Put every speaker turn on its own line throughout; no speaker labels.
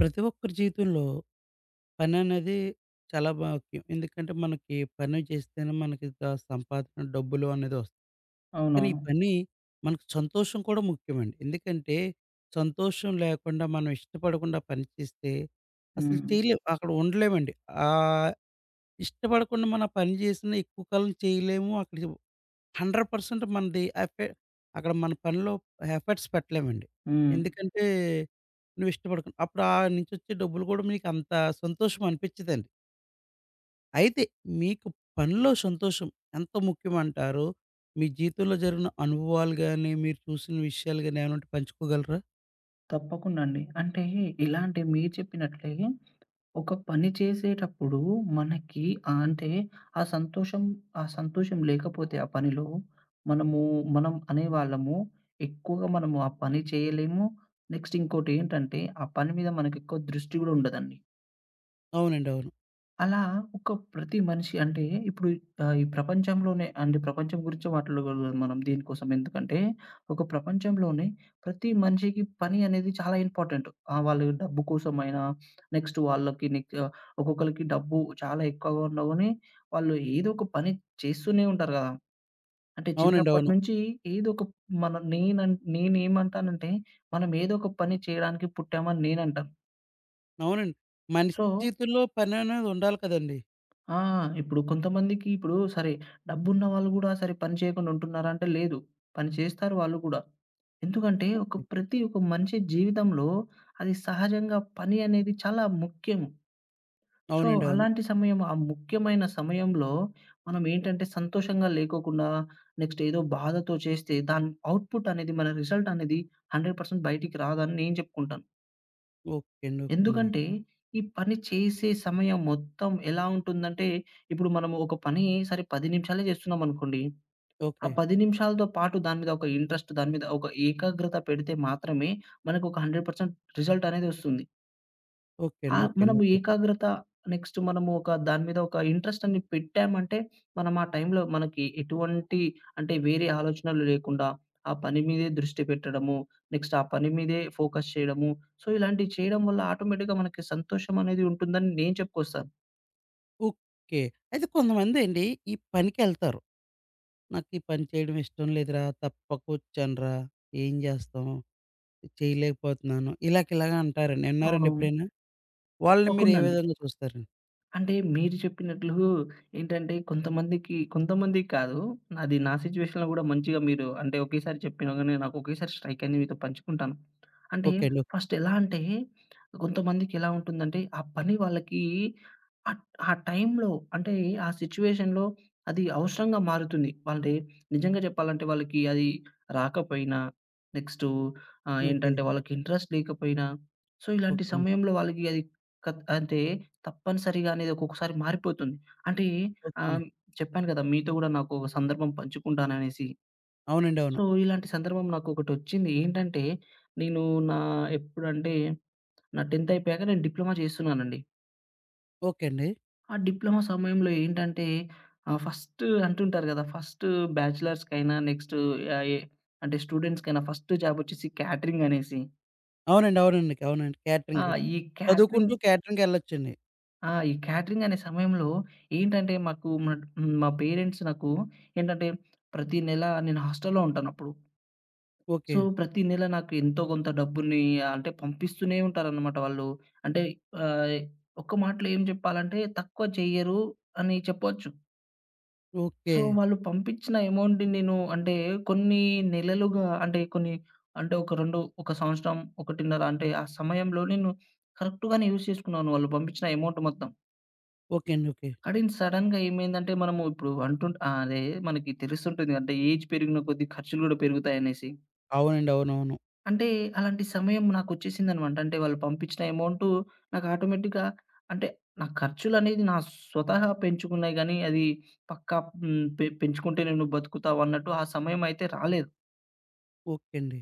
ప్రతి ఒక్కరి జీవితంలో పని అనేది చాలా ముఖ్యం. ఎందుకంటే మనకి పని చేస్తేనే మనకి సంపాదన, డబ్బులు అనేది వస్తాయి. కానీ ఈ
అవునవును.
పని మనకు సంతోషం కూడా ముఖ్యమండి. ఎందుకంటే సంతోషం లేకుండా మనం ఇష్టపడకుండా పని చేస్తే అసలు
హ్మ్.
చేయలేం. అక్కడ ఉండలేమండి. ఆహ్, ఇష్టపడకుండా మనం పని చేసినా ఎక్కువ కాలం చేయలేము. అక్కడికి 100% మనది అక్కడ మన పనిలో ఎఫర్ట్స్ పెట్టలేమండి.
హ్మ్.
ఎందుకంటే నువ్వు అప్పుడు ఆ నుంచొచ్చే డబ్బులు కూడా మీకంత సంతోషం అనిపించదండి. అయితే మీకు పనిలో సంతోషం ఎంత ముఖ్యమంటారో, మీ జీవితంలో జరిగిన అనుభవాలు గాని, మీరు చూసిన విషయాలు గాని ఏమన్నా ఉంటే పంచుకోగలరా?
తప్పకుండా అండి. అంటే ఇలాంటి మీరు చెప్పినట్లే ఒక పని చేసేటప్పుడు మనకి అంటే ఆ సంతోషం ఆ సంతోషం లేకపోతే ఆ పనిలో మనము మనం అనేవాళ్ళము ఎక్కువగా మనము ఆ పని చేయలేము. నెక్స్ట్ ఇంకోటేంటంటే ఆ పని మీద మనకెక్కువ దృష్టి గూడా ఉండదండి.
అవునండి, అవును.
అలా ఒక ప్రతి మనిషి అంటే ఇప్పుడు ఈ ప్రపంచంలోనే అంటే ప్రపంచం గురించి మాట్లాడగలం మనం దీనికోసం. ఎందుకంటే ఒక ప్రపంచంలోనే ప్రతి మనిషికి పని అనేది చాలా ఇంపార్టెంట్. వాళ్ళు డబ్బు కోసమైనా, నెక్స్ట్ వాళ్ళకి నెక్ ఆహ్, ఒక్కొక్కళ్ళకి డబ్బు చాలా ఎక్కువగా ఉన్నా గాని వాళ్ళు ఏదో ఒక పని చేస్తూనే ఉంటారు గదా! అంటే
అవునండి,
చిన్నప్పటి
అవును.
నుంచి ఏదో ఒక మన నేనన్ నేనేమంటానంటే మనం ఏదో ఒక పని చేయడానికి పుట్టామని నేనంటాను.
అవునండి. మనిషి
సో
జీవితంలో పననేది ఉండాలి కదండీ!
ఆ! ఇప్పుడు కొంతమందికి ఇప్పుడు సరే, డబ్బున్న వాళ్ళు గూడా సరే పని చేయకుండా ఉంటున్నారా అంటే లేదు. పని చేస్తారు వాళ్ళు కూడా. ఎందుకంటే ఒక
ఓకే.
ప్రతి ఒక మనిషి జీవితంలో అది సహజంగా పని అనేది చాలా ముఖ్యం. సో,
అవునండి, అవును.
అలాంటి సమయం ఆ ముఖ్యమైన సమయంలో మనం ఏంటంటే సంతోషంగా లేకోకుండా నెక్స్ట్ ఏదో బాధతో చేస్తే దాని ఔట్‌పుట్ అనేది మన రిజల్ట్ అనేది 100% బయటికి రాదని నేను చెప్పుకుంటాను.
ఓకే అండి, ఓకే అండి,
ఎందుకంటే, ఈ పని చేసే సమయం మొత్తం ఎలా ఉంటుందంటే, ఇప్పుడు మనము ఒక పని సరే 10 నిమిషాలే చేస్తున్నామనుకోండి. ఆ
ఓకే.
10 నిమిషాలతో పాటు దాని మీద ఒక ఇంట్రెస్ట్, దాని మీద ఒక ఏకాగ్రత పెడితే మాత్రమే మనకు ఒక 100% రిజల్ట్ అనేది వస్తుంది.
ఓకే
ఆ!
అండి, ఓకే అండి.
మనము
ఓకే.
ఏకాగ్రత నెక్స్ట్ మనము ఒక దాని మీద ఒక ఇంట్రెస్ట్ అని పెట్టామంటే, మనం ఆ టైంలో మనకి ఎటువంటి అంటే వేరే ఆలోచనలు లేకుండా, ఆ పని మీదే దృష్టి పెట్టడము, నెక్స్ట్ ఆ పని మీదే ఫోకస్ చేయడము. సో, ఇలాంటివి చేయడం వల్ల ఆటోమేటిక్‌గా మనకి సంతోషం అనేది ఉంటుందని నేను చెప్పుకొస్తాను.
ఓకే. అయితే కొంతమందండి ఈ పనికెళ్తారు. నాకీ పని చేయడం ఇష్టం లేదురా! తప్పకొచ్చానురా! ఏం జేస్తాం? చేయలేకపోతున్నాను. ఇలాగ ఇలాగ అంటారండి. విన్నారండి
అవునవును.
ఎప్పుడైనా? వాళ్ళని మీరు ఏ
తప్పకుండా అండి.
విధంగా చూస్తారండి?
అంటే మీరు చెప్పినట్లు ఏంటంటే కొంతమందికి కొంతమందికి కాదు. అది నా సిట్యుయేషన్‌లో గూడా మంచిగా మీరు అంటే ఒకేసారి చెప్పినా గాని నాకు ఒకేసారి స్ట్రైక్ అయింది మీతో పంచుకుంటాను. అంటే
ఓకే అండి, ఓకే.
ఫస్ట్ ఎలా అంటే కొంతమందికి ఎలా ఉంటుందంటే ఆ పని వాళ్ళకి ఆహ్, ఆ టైంలో అంటే ఆ సిట్యుయేషన్‌లో అది అవసరంగా మారుతుంది. వాళ్ళది నిజంగా చెప్పాలంటే వాళ్ళకి అది రాకపోయినా నెక్స్టు
ఓకే.
ఏంటంటే వాళ్ళకి ఇంట్రెస్ట్ లేకపోయినా సో ఇలాంటి
ఓకే అండి.
సమయంలో వాళ్ళకి అది అంటే తప్పనిసరిగా అనేది ఒక్కొక్కసారి మారిపోతుంది. అంటే
ఓకే అండి.
ఆహ్, చెప్పాను కదా! మీతో గూడా నాకు ఒక సందర్భం పంచుకుంటాననేసి.
అవునండి, అవును.
సో, ఇలాంటి సందర్భం నాకొకటొచ్చింది. ఏంటంటే, నేను నా ఎప్పుడంటే, నా 10థ్ అయిపోయాక నేను డిప్లొమా చేస్తున్నానండి.
ఓకే అండి.
ఆ డిప్లొమా సమయంలో ఏంటంటే, ఫస్ట్ అంటుంటారు కదా! ఫస్ట్ బ్యాచిలర్స్‌కైనా, నెక్స్ట్ ఆహ్, ఎ అంటే స్టూడెంట్స్‌కైనా ఫస్ట్ జాబొచ్చేసి క్యాటరింగ్ అనేసి.
అవునండి. అవునండి. అవునండి.
ఆ!
క్యాటరింగ్.
ఈ
చదువుకుంటూ
క్యాటరింగ్
క్యాటరింగ్‌కెళ్ళొచ్చండి.
ఆ! ఈ క్యాటరింగ్ అనే సమయంలో ఏంటంటే మాకు మా హ్మ్. మా పేరెంట్స్ నాకు ఏంటంటే ప్రతి నెల నేను హాస్టల్‌లో ఉంటానప్పుడు.
ఓకే.
సో, ప్రతి నెల నాకు ఎంతో కొంత డబ్బుని అంటే పంపిస్తూనే ఉంటారనమాట వాళ్ళు. అంటే ఆహ్, ఒక్క మాటలో ఏం చెప్పాలంటే తక్కువ చెయ్యరు అని చెప్పొచ్చు.
ఓకే.
సో, వాళ్ళు పంపించిన అమౌంట్‌ని నేను అంటే కొన్ని నెలలుగా అంటే కొన్ని అంటే ఒక 2 ఒక సంవత్సరం, 1.5 అంటే ఆ సమయంలో నేను కరెక్ట్‌గానే యూజ్ చేసుకున్నాను వాళ్ళు పంపించిన అమౌంట్ మొత్తం.
ఓకే అండి, ఓకే.
కానీ సడెన్‌గా ఏమైందంటే మనము ఇప్పుడు అదే మనకి తెలుస్తుంటుంది. అంటే ఏజ్ పెరిగిన కొద్దీ ఖర్చులు గూడా పెరుగుతాయనేసి.
అవునండి, అవునవును.
అంటే అలాంటి సమయం నాకొచ్చేసిందనమాట. అంటే వాళ్ళు పంపించిన అమౌంటు నాకు ఆటోమేటిక్‌గా అంటే నా ఖర్చులనేది నా స్వతహా పెంచుకున్నాయి గానీ, అది పక్కా హ్మ్. పె పెంచుకుంటే నువ్వు బతుకుతావు అన్నట్టు ఆ సమయమైతే రాలేదు.
ఓకే అండి.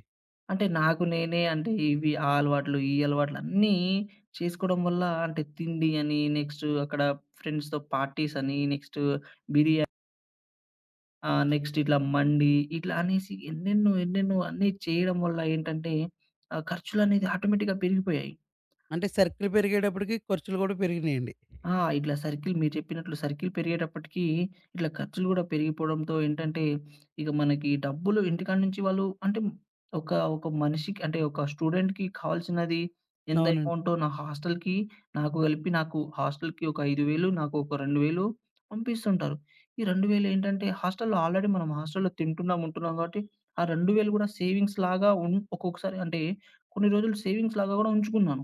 అంటే నాకు నేనే అంటే ఇవి ఆ అలవాట్లు, ఈ అలవాట్లు అన్నీ చేసుకోవడం వల్ల అంటే తిండి అని, నెక్స్ట్ అక్కడ ఫ్రెండ్స్‌తో పార్టీస్ అని, నెక్స్ట్ బిర్యానీ ఆ! నెక్స్ట్ ఇట్లా మండి, ఇట్లా అనేసి ఎన్నెన్నో, ఎన్నెన్నో అన్నీ చేయడం వల్ల ఏంటంటే, ఆ ఖర్చులనేది ఆటోమేటిక్‌గా పెరిగిపోయాయి.
అంటే సర్కిల్ పెరిగేటప్పటికి ఖర్చులు గూడా పెరిగినియండి.
ఆ! ఇట్లా సర్కిల్ మీరు చెప్పినట్లు సర్కిల్ పెరిగేటప్పటికి ఇట్లా ఖర్చులు గూడా పెరిగిపోవడంతో ఏంటంటే, ఇక మనకి డబ్బులు ఇంటికాడ నుంచి వాళ్ళు అంటే ఒక, ఒక మనిషికి అంటే ఒక స్టూడెంట్‌కి కావాల్సినది ఎంత
అవునండి.
అమౌంటో నా హాస్టల్‌కి నాకు కలిపి నాకు హాస్టల్‌కి ఒక 5,000 నాకు ఒక 2,000 పంపిస్తుంటారు. ఈ 2,000 ఏంటంటే హాస్టల్‌లో ఆల్రెడీ మనం హాస్టల్‌లో తింటున్నాం, ఉంటున్నాం కాబట్టి ఆ 2,000 గూడా సేవింగ్స్ లాగా ఉన్ ఒక్కొక్కసారి అంటే కొన్ని రోజులు సేవింగ్స్ లాగా గూడా ఉంచుకున్నాను.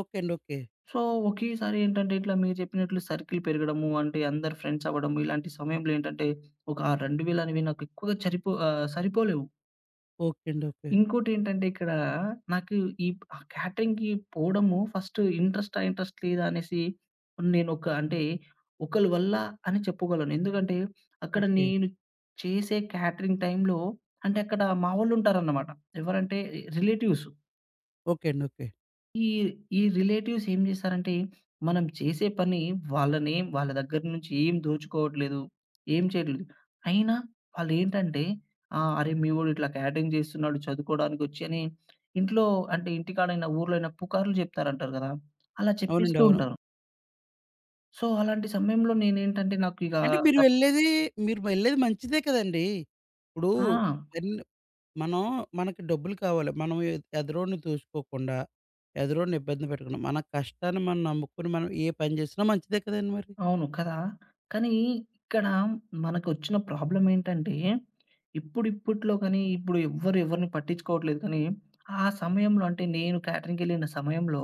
ఓకే అండి, ఓకే.
సో, ఒకేసారి ఏంటంటే, ఇట్లా మీరు చెప్పినట్లు సర్కిల్ పెరగడము, అంటే అందరు ఫ్రెండ్స్ అవ్వడము, ఇలాంటి సమయంలో ఏంటంటే, ఒక ఆ 2,000 అనేవి నాకు ఎక్కువగా సరిపోలేవు.
ఓకే అండి, ఓకే.
ఇంకోటేంటంటే, ఇక్కడ నాకు ఈ ఆ క్యాటరింగ్‌కి పోవడము ఫస్ట్ ఇంట్రెస్టా, ఇంట్రెస్ట్ లేదా అనేసి అంటే, ఒకళ్ళ వల్ల అని చెప్పుకోగలను. ఎందుకంటే, అక్కడ
ఓకే.
నేను చేసే క్యాటరింగ్ టైమ్‌లో అంటే, అక్కడ మా వోళ్ళుంటారన్నమాట. ఎవరంటే రిలేటివ్స్.
ఓకే అండి, ఓకే.
ఈ ఈ రిలేటివ్స్ ఏం చేశారంటే, మనం చేసే పని వాళ్ళ దగ్గర నుంచి ఏం దోచుకోవట్లేదు. ఏం చేయట్లేదు. అయినా వాళ్ళేంటంటే, "అరే! మీ వోడు ఇట్లా క్యాటరింగ్ చేస్తున్నాడు చదువుకోవడానికొచ్చి" అని ఇంట్లో అంటే ఇంటికాడైనా, ఊర్లో అయినా పుకార్లు చెప్తారంటారు కదా! అలా
అవునండి,
చెప్పేస్తూ
అవును.
ఉంటారు. సో, అలాంటి సమయంలో నేనేంటంటే, నాకు ఇక
అంటే మీరు
తప్
వెళ్ళేది మీరు వెళ్ళేది మంచిదే కదండీ! ఇప్పుడు
ఆ!
ఎన్ మనం మనకి డబ్బులు కావాలి. మనం ఎదరోడిని దూసుకోకుండా, ఎదరోడిని ఇబ్బంది పెట్టకుండా, మన కష్టాన్ని మనం నమ్ముకొని మనం ఏ పని చేసినా మంచిదే కదండీ మరి.
అవును కదా! కానీ ఇక్కడ మనకొచ్చిన ప్రాబ్లమ్ ఏంటంటే, ఇప్పుడిప్పట్లో కానీ ఇప్పుడు ఎవ్వరు ఎవరిని పట్టించుకోవట్లేదు కానీ, ఆ సమయంలో అంటే నేను క్యాటరింగ్‌కెళ్ళిన సమయంలో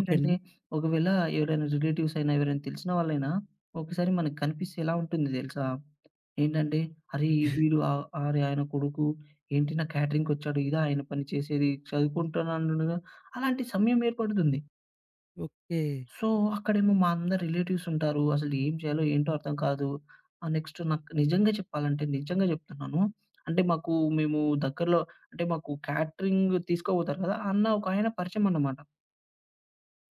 ఓకే అండి,
ఒకవేళ ఎవరైనా రిలేటివ్స్ అయినా, ఎవరైనా తెలిసిన వాళ్ళైనా ఒకసారి మనకు కనిపిస్తే ఎలా ఉంటుంది తెలుసా? ఏంటంటే, "అరే! ఈ వీడు ఆహ్, అరే! ఆయన కొడుకు ఏంటి నా క్యాటరింగ్‌కొచ్చాడు. ఇదా ఆయన పని చేసేది. చదువుకుంటున్నాడు" అలాంటి సమయం ఏర్పడుతుంది.
ఓకే.
సో, అక్కడేమో మా అందరు రిలేటివ్స్ ఉంటారు. అసలు ఏం చేయాలో ఏంటో అర్థం కాదు. నెక్స్ట్ నాకు నిజంగా చెప్పాలంటే నిజంగా చెప్తున్నాను. అంటే మాకు మేము దగ్గరలో అంటే మాకు క్యాటరింగ్ తీసుకోపోతారు కదా! అన్న ఒక ఆయన పరిచయం అన్నమాట.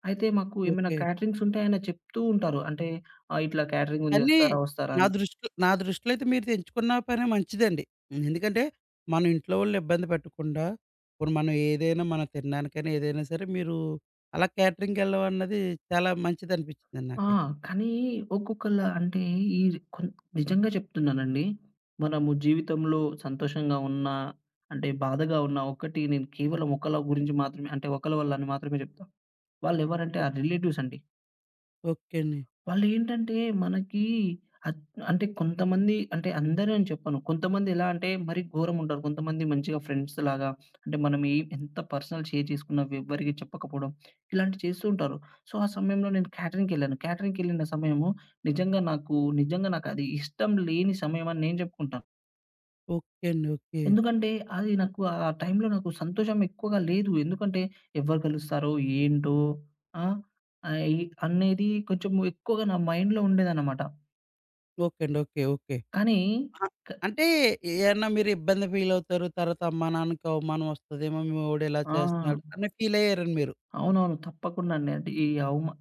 అయితే మాకు ఏమైనా
ఓకే.
క్యాటరింగ్స్ ఉంటే ఆయన చెప్తూ ఉంటారు. అంటే ఇట్లా క్యాటరింగ్ ఉంది
కానీ
వస్తారా? వస్తారా?
నా
అని.
దృష్టిలో నా దృష్టిలో అయితే మీరు ఎంచుకున్న పనే మంచిదండి. ఎందుకంటే, మనం ఇంట్లో వాళ్ళని ఇబ్బంది పెట్టకుండా, ఇప్పుడు మనం ఏదైనా మనం తినడానికైనా ఏదైనా సరే మీరు అలా క్యాటరింగ్‌కెళ్ళడం అన్నది చాలా మంచిదనిపించిందండి
ఆ!
నాకైతే.
కానీ ఒక్కొక్కళ్ళ అంటే ఈ కొన్ నిజంగా చెప్తున్నానండి. మనము జీవితంలో సంతోషంగా ఉన్నా, అంటే బాధగా ఉన్నా ఒకటి నేను కేవలం ఒకళ్ళ గురించి మాత్రమే అంటే ఒకళ్ళ వల్ల అని మాత్రమే చెప్తా. వాళ్ళెవరంటే
ఓహ్!
ఆ రిలేటివ్స్ అండి.
ఓకే అండి,
వాళ్ళేంటంటే మనకి అద్ అంటే కొంతమంది అంటే అందరూ అని చెప్పను. కొంతమంది ఎలా అంటే మరీ ఘోరముంటారు. కొంతమంది మంచిగా ఫ్రెండ్స్ లాగా అంటే మనం ఏ ఎంత పర్సనల్ షేర్ చేసుకున్నా ఎవ్వరికీ చెప్పకపోవడం ఇలాంటివి చేస్తూ ఉంటారు. సో, ఆ సమయంలో నేను క్యాటరింగ్‌కెళ్ళాను. క్యాటరింగ్‌కెళ్ళిన సమయము నిజంగా నాకు నిజంగా నాకది ఇష్టం లేని సమయం అని నేను చెప్పుకుంటాను.
ఓకే అండి, ఓకే.
ఎందుకంటే అది నాకు ఆ టైంలో నాకు సంతోషం ఎక్కువగా లేదు. ఎందుకంటే ఎవరు కలుస్తారో? ఏంటో? ఆ! ఆహ్, ఈ అనేది కొంచెం ఎక్కువగా నా మైండ్‌లో ఉండేదన్నమాట.
ఓకే అండి, ఓకే. ఓకే.
కానీ
అహా! అంటే ఏమన్నా మీరు ఇబ్బంది ఫీలవుతారు. తర్వాత అమ్మా, నాన్నకి అవమానం వస్తదేమో, మీవోడు ఇలా
ఆ!
చేస్తున్నాడు అని ఫీలయ్యారండి మీరు.
అవునవును. తప్పకుండా అండి. అంటే ఈ అవమా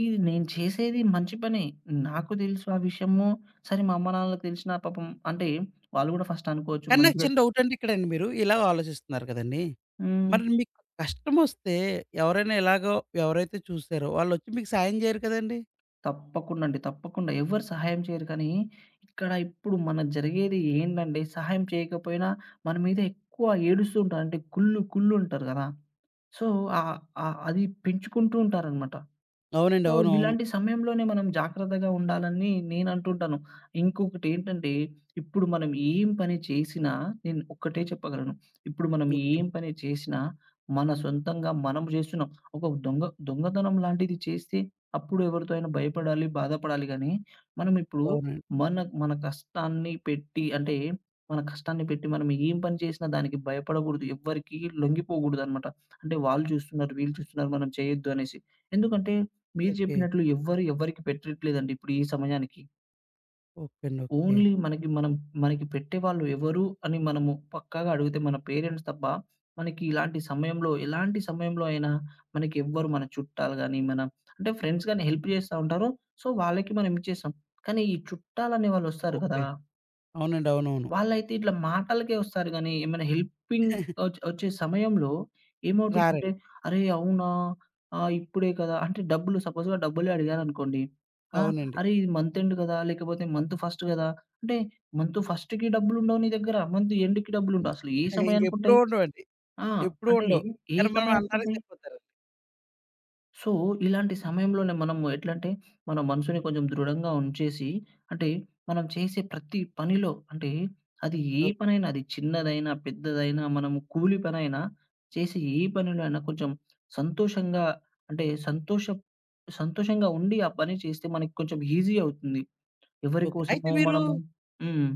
ఈ నేను చేసేది మంచి పనే. నాకు తెలుసు ఆ విషయము. సరే మా అమ్మ, నాన్నలకు తెలిసినా పాపం అంటే వాళ్ళు గూడా ఫస్ట్ అనుకోవచ్చు
కానీ నాకు
మంచిగా
చిన్న డౌటండి ఇక్కడండి మీరు ఇలా ఆలోచిస్తున్నారు కదండీ!
హ్మ్.
మరి మీకు కష్టమొస్తే ఎవరైనా ఇలాగో ఎవరైతే చూసారో వాళ్ళొచ్చి మీకు సాయం జేయరు కదండీ!
తప్పకుండా అండి. తప్పకుండా. ఎవ్వరు సహాయం చేయరు కానీ, ఇక్కడ ఇప్పుడు మన జరిగేది ఏంటంటే సహాయం చేయకపోయినా మన మీద ఎక్కువ ఏడుస్తూ ఉంటారు. అంటే కుళ్ళు కుళ్ళుంటారు గదా! సో, ఆహ్, ఆహ్, అది పెంచుకుంటూ ఉంటారనమాట.
అవునండి,
సో,
అవును, అవును.
ఇలాంటి సమయంలోనే మనం జాగ్రత్తగా ఉండాలని నేనంటుంటాను. ఇంకొకటేంటంటే, ఇప్పుడు మనం ఏం పని చేసినా నేను ఒక్కటే చెప్పగలను. ఇప్పుడు మనం
ఓకే.
ఏం పని చేసినా మన సొంతంగా మనం జేస్తున్నాం. ఒక దొంగ దొంగతనం లాంటిది చేస్తే అప్పుడు ఎవరితో అయినా భయపడాలి, బాధపడాలి గానీ, మనం ఇప్పుడు
అవునండి.
మన మన కష్టాన్ని పెట్టి అంటే, మన కష్టాన్ని పెట్టి మనం ఏం పని చేసినా దానికి భయపడకూడదు. ఎవ్వరికీ లొంగిపోకూడదనమాట. అంటే వాళ్ళు చూస్తున్నారు, వీళ్ళు చూస్తున్నారు, మనం చేయొద్దు అనేసి. ఎందుకంటే మీరు
ఓకే.
చెప్పినట్లు ఎవ్వరు ఎవ్వరికి పెట్టట్లేదండి ఇప్పుడు ఈ సమయానికి.
ఓకే అండి, ఓకే.
ఓన్లీ మనకి పెట్టేవాళ్ళు ఎవరు అని మనము పక్కాగా అడిగితే మన పేరెంట్స్ తప్ప, మనకి ఇలాంటి సమయంలో ఎలాంటి సమయంలో అయినా మనకి ఎవ్వరు మన చుట్టాలు గాని, మన అంటే ఫ్రెండ్స్ గాని హెల్ప్ జేస్తా ఉంటారు. సో, వాళ్ళకి మనం ఇచ్చేస్తాం. కానీ ఈ చుట్టాలనే వాళ్ళొస్తారు
ఓకే.
గదా!
అవునండి, అవునవును.
వాళ్ళైతే ఇట్లా మాటలకే వస్తారు గానీ, ఏమైనా హెల్పింగ్ ఒచ్చే సమయంలో ఏమవుతుందంటే,
రారండి.
"అరే! అవునా? ఆ! ఇప్పుడే కదా!" అంటే డబ్బులు సపోజ్‌గా డబ్బులే అడిగారనుకోండి. ఆ!
అవునండి.
"అరే! ఇది మంత్ ఎండ్ కదా! లేకపోతే మంత్ ఫస్ట్ కదా!" అంటే మంత్ ఫస్ట్‌కి డబ్బులుండవు నీ దగ్గర. మంత్ ఎండ్‌కి డబ్బులుండవు. అసలు ఏ
ఇంకెప్పుడూ
సమయానికుంటాయి?
ఉండవండి.
ఆ!
ఎప్పుడూ
అంటే
ఉండవు.
ఏ
కానీ మనం అనడానికి
సమయానికుంటాయి?
సరిపోతారు.
సో, ఇలాంటి సమయంలోనే మనము ఎట్లంటే, మన మనసుని కొంచెం దృఢంగా ఉంచేసి, అంటే మనం చేసే ప్రతి పనిలో అంటే, అది ఏ
ఓకే.
పనైనా, అది చిన్నదైనా, పెద్దదైనా, మనము కూలి పనైనా, చేసే ఏ పనిలో అయినా కొంచెం సంతోషంగా అంటే సంతోష సంతోషంగా ఉండి ఆ పని చేస్తే మనకి కొంచెం ఈజీ అవుతుంది. ఎవరి
ఓకే. అయితే
కోసమో
మీరు
మనము హ్మ్.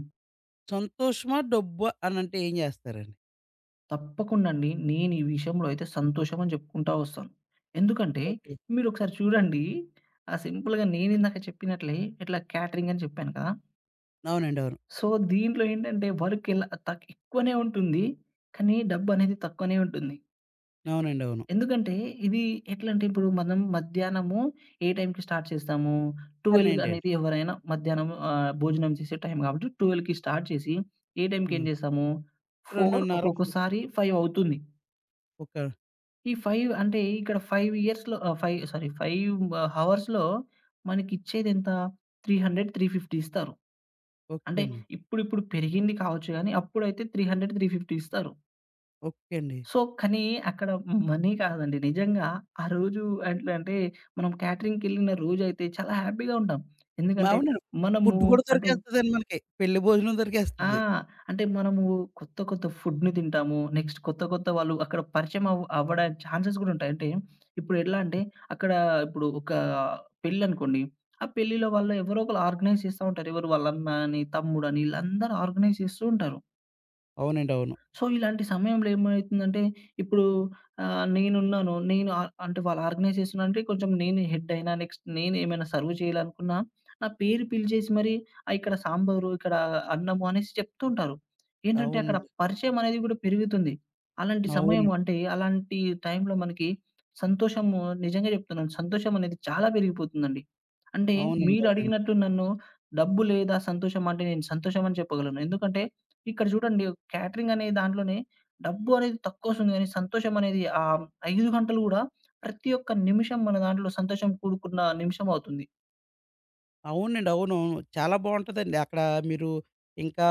సంతోషమా? డబ్బా? అనంటే ఏం జేస్తారండి?
తప్పకుండా అండి. నేను ఈ విషయంలో అయితే సంతోషం అని చెప్పుకుంటా వస్తాను. ఎందుకంటే
ఓకే.
మీరొకసారి చూడండి. ఆ సింపుల్‌గా నేనిందాక చెప్పినట్లే ఇట్లా క్యాటరింగ్ అని చెప్పాను కదా!
అవునండి, అవును.
సో, దీంట్లో ఏంటంటే వర్క్ ఇలా తక్ ఎక్కువనే ఉంటుంది. కానీ డబ్బనేది తక్కువనే ఉంటుంది.
అవునండి, అవును.
ఎందుకంటే ఇది ఎట్లంటే ఇప్పుడు మనం మధ్యాహ్నము ఏ టైంకి స్టార్ట్ చేస్తాము? 12
12 అండి.
అనేది ఎవరైనా మధ్యాహ్నం భోజనం చేసే టైం కాబట్టి 12కి స్టార్ట్ చేసి ఏ టైంకి ఏం
హ్మ్.
చేస్తాము? 4
2:30.
ఒక్కొక్కసారి 5 అవుతుంది.
ఓకే.
ఈ 5 అంటే ఇక్కడ 5 ఇయర్స్‌లో ఆహ్, 5 సారీ 5 హవర్స్‌లో మనకిచ్చేదెంత 300, 350 ఇస్తారు.
ఓకే
అంటే
అండి.
ఇప్పుడిప్పుడు పెరిగింది కావచ్చు గానీ, అప్పుడైతే 300, 350 ఇస్తారు.
ఓకే అండి.
సో, కానీ అక్కడ మనీ కాదండి. నిజంగా ఆ రోజు ఎట్లా అంటే, మనం క్యాటరింగ్‌కెళ్ళిన రోజైతే చాలా హ్యాపీగా ఉంటాం. ఎందుకంటే
అవునండి.
మనము
ఫుడ్ కూడా
అంటే
దొరికేస్తదండి మనకి. పెళ్లి భోజనం
ఆ!
దొరికేస్తది.
అంటే మనము కొత్త కొత్త ఫుడ్‌ని తింటాము. నెక్స్ట్ కొత్త కొత్త వాళ్ళు అక్కడ పరిచయం అవ్వడా ఛాన్సెస్ గూడా ఉంటాయి. అంటే ఇప్పుడు ఎట్లా అంటే అక్కడ ఇప్పుడు ఒక పెళ్ళనుకోండి. ఆ పెళ్ళిలో వాళ్ళు ఎవరో ఒకళ్ళు ఆర్గనైజ్ చేస్తా ఉంటారు. ఎవరు వాళ్ళ అన్న అని, తమ్ముడని ఈళ్ళందరూ ఆర్గనైజ్ చేస్తూ ఉంటారు.
అవునండి, అవును.
సో, ఇలాంటి సమయంలో ఏమైతుందంటే, ఇప్పుడు ఆహ్, నేనున్నాను. నేను ఆహ్, అంటే వాళ్ళు ఆర్గనైజ్ చేస్తున్నారంటే కొంచెం నేను హెడ్ అయినా, నెక్స్ట్ నేను ఏమైనా సర్వ్ చేయాలనుకున్నా, నా పేరు పిలిచేసి మరి ఇక్కడ సాంబారు, ఇక్కడ అన్నము అనేసి చెప్తూ ఉంటారు. ఏంటంటే అక్కడ
అవునండి.
పరిచయం అనేది కూడా పెరుగుతుంది. అలాంటి
అవునండి.
సమయం అంటే, అలాంటి టైంలో మనకి సంతోషము నిజంగా చెప్తున్నాను. సంతోషం అనేది చాలా పెరిగిపోతుందండి. అంటే
అవునండి.
మీరు
అవునండి.
అడిగినట్టు నన్ను డబ్బు లేదా సంతోషం అంటే నేను సంతోషం అని చెప్పగలను. ఎందుకంటే ఇక్కడ చూడండి క్యాటరింగ్ అనే దాంట్లోనే డబ్బు అనేది తక్కువొస్తుంది గానీ, సంతోషం అనేది 5 గంటలు గూడా ప్రతి ఒక్క నిమిషం మన దాంట్లో సంతోషం కూడుకున్న నిమిషం అవుతుంది.
అవునండి, అవునవును. చాలా బావుంటదండి. అక్కడ మీరు ఇంకా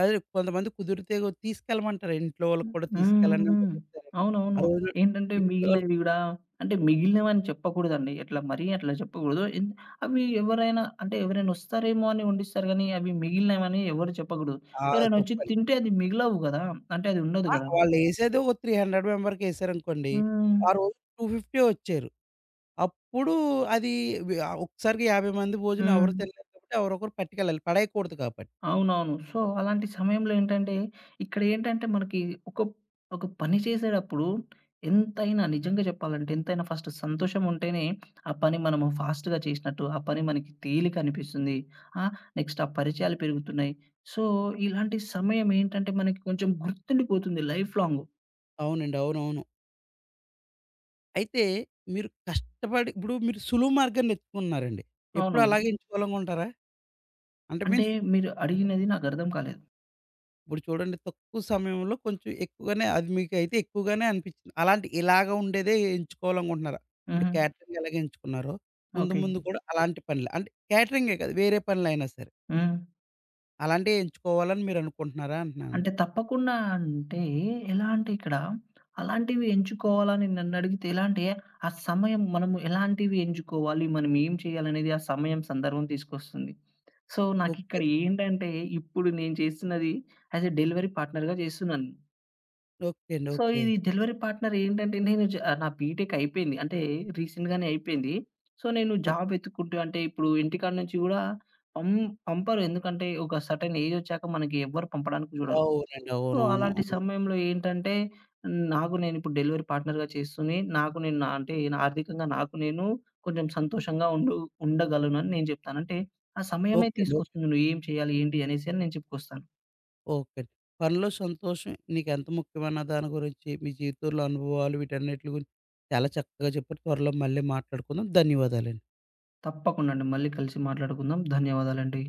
అదే కొంతమంది కుదిరితే తీసుకెళ్ళమంటారు. ఇంట్లో వాళ్ళకి
హ్మ్.
కూడా తీసుకెళ్ళండి అని కూడా
హ్మ్.
చెప్తారండి. ఆ
అవునవును.
రోజు
ఏంటంటే
ఇంట్లో వాళ్ళు
మిగిలినవి గూడా అంటే మిగిలినవని చెప్పకూడదండి. ఎట్లా మరీ అట్లా చెప్పకూడదు. అవి ఎవరైనా అంటే ఎవరైనా వస్తారేమో అని వండిస్తారు గానీ, అవి మిగిలినవని ఎవరు చెప్పకూడదు.
ఆ!
ఎవరైనా వచ్చి
తప్పండి.
తింటే అది మిగలవు గదా! అంటే అది ఉండదు
ఆ!
గదా!
వాళ్ళేసేది ఒక 300 మెంబర్‌కేసారనుకోండి.
హ్మ్.
ఆ రోజు 250 వచ్చారు. అప్పుడు అది ఒక్కసారిగా 50 మంది భోజనం
హ్మ్.
ఎవరు తినలేరు కాబట్టి ఎవరొకరు పట్టుకెళ్ళాలి. పడేయకూడదు కాబట్టి.
అవునవును. సో, అలాంటి సమయంలో ఏంటంటే, ఇక్కడేంటంటే మనకి ఒక, ఒక పని చేసేటప్పుడు ఎంతైనా నిజంగా చెప్పాలంటే ఎంతైనా ఫస్ట్ సంతోషం ఉంటేనే, ఆ పని మనము ఫాస్ట్‌గా చేసినట్టు, ఆ పని మనకి తేలిక అనిపిస్తుంది. ఆహ్, నెక్స్ట్ ఆ పరిచయాలు పెరుగుతున్నాయి. సో, ఇలాంటి సమయం ఏంటంటే మనకి కొంచెం గుర్తుండిపోతుంది లైఫ్ లాంగ్.
అవునండి, అవునవును. అయితే మీరు కష్టపడి ఇప్పుడు మీరు సులువు మార్గాన్ని ఎత్తుకున్నారండి. ఎప్పుడూ
అవునవును.
అలాగే ఎంచుకోవాలనుకుంటారా? అంటే
అంటే
మీన్స్
మీరు అడిగినది నాకు అర్థం కాలేదు.
ఇప్పుడు చూడండి తక్కువ సమయంలో కొంచెం ఎక్కువగానే అది మీకైతే ఎక్కువగానే అనిపించింది. అలాంటి ఇలాగ ఉండేదే ఎంచుకోవాలనుకుంటున్నారా? ఇప్పుడు
హుహు.
క్యాటరింగ్ ఎలాగ ఎంచుకున్నారో ముందు
ఓకే.
ముందు కూడా అలాంటి పనులు అంటే క్యాటరింగే కాదు వేరే పనులైనా సరే
హ్మ్.
అలాంటియే ఎంచుకోవాలని మీరు అనుకుంటున్నారా అంటున్నాను?
అంటే తప్పకుండా అంటే ఎలా అంటే ఇక్కడ అలాంటివి ఎంచుకోవాలని నన్నడిగితే ఎలా అంటే, ఆ సమయం మనము ఎలాంటివి ఎంచుకోవాలి, మనం ఏం చేయాలనేది ఆ సమయం సందర్భం తీసుకొస్తుంది. So,
okay.
నాకిక్కడ ఏంటంటే ఇప్పుడు నేను చేస్తున్నది యాస్ ఎ డెలివరీ పార్ట్నర్‌గా చేస్తున్నాను.
ఓకే అండి,
సో,
ఓకే.
ఇది డెలివరీ పార్ట్నర్ ఏంటంటే నేను జ నా బీటెక్ అయిపోయింది. అంటే రీసెంట్‌గానే అయిపోయింది. సో, నేను
ఓహ్!
జాబ్ వెతుక్కుంటూ అంటే ఇప్పుడు ఇంటికాడ నుంచి గూడా పం పంపరు. ఎందుకంటే ఒక సర్టెన్ ఏజ్ ఒచ్చాక మనకి ఎవ్వరు పంపడానికి చూడరు.
అవునండి,
సో,
అవునవును.
అలాంటి
హ్మ్.
సమయంలో ఏంటంటే, నాకు నేనిప్పుడు డెలివరీ పార్ట్నర్‌గా చేసుకొని, నాకు నేను నా అంటే నా ఆర్థికంగా నాకు నేను కొంచెం సంతోషంగా ఉండగలనని నేను చెప్తాను. అంటే, ఆ సమయమే
ఓకే అండి,
తీసుకొస్తుంది. నువ్వేం చేయాలి, ఏంటి అనేసి అని నేను చెప్పుకొస్తాను.
ఓకే అండి. పనిలో సంతోషం నీకెంత ముఖ్యమన్న దాని గురించి, మీ జీవితంలో అనుభవాలు వీటన్నిటి గురించి చాలా చక్కగా చెప్పారు. త్వరలో మళ్ళీ మాట్లాడుకుందాం. ధన్యవాదాలండి.
తప్పకుండా అండి. మళ్ళీ కలిసి మాట్లాడుకుందాం. ధన్యవాదాలండి.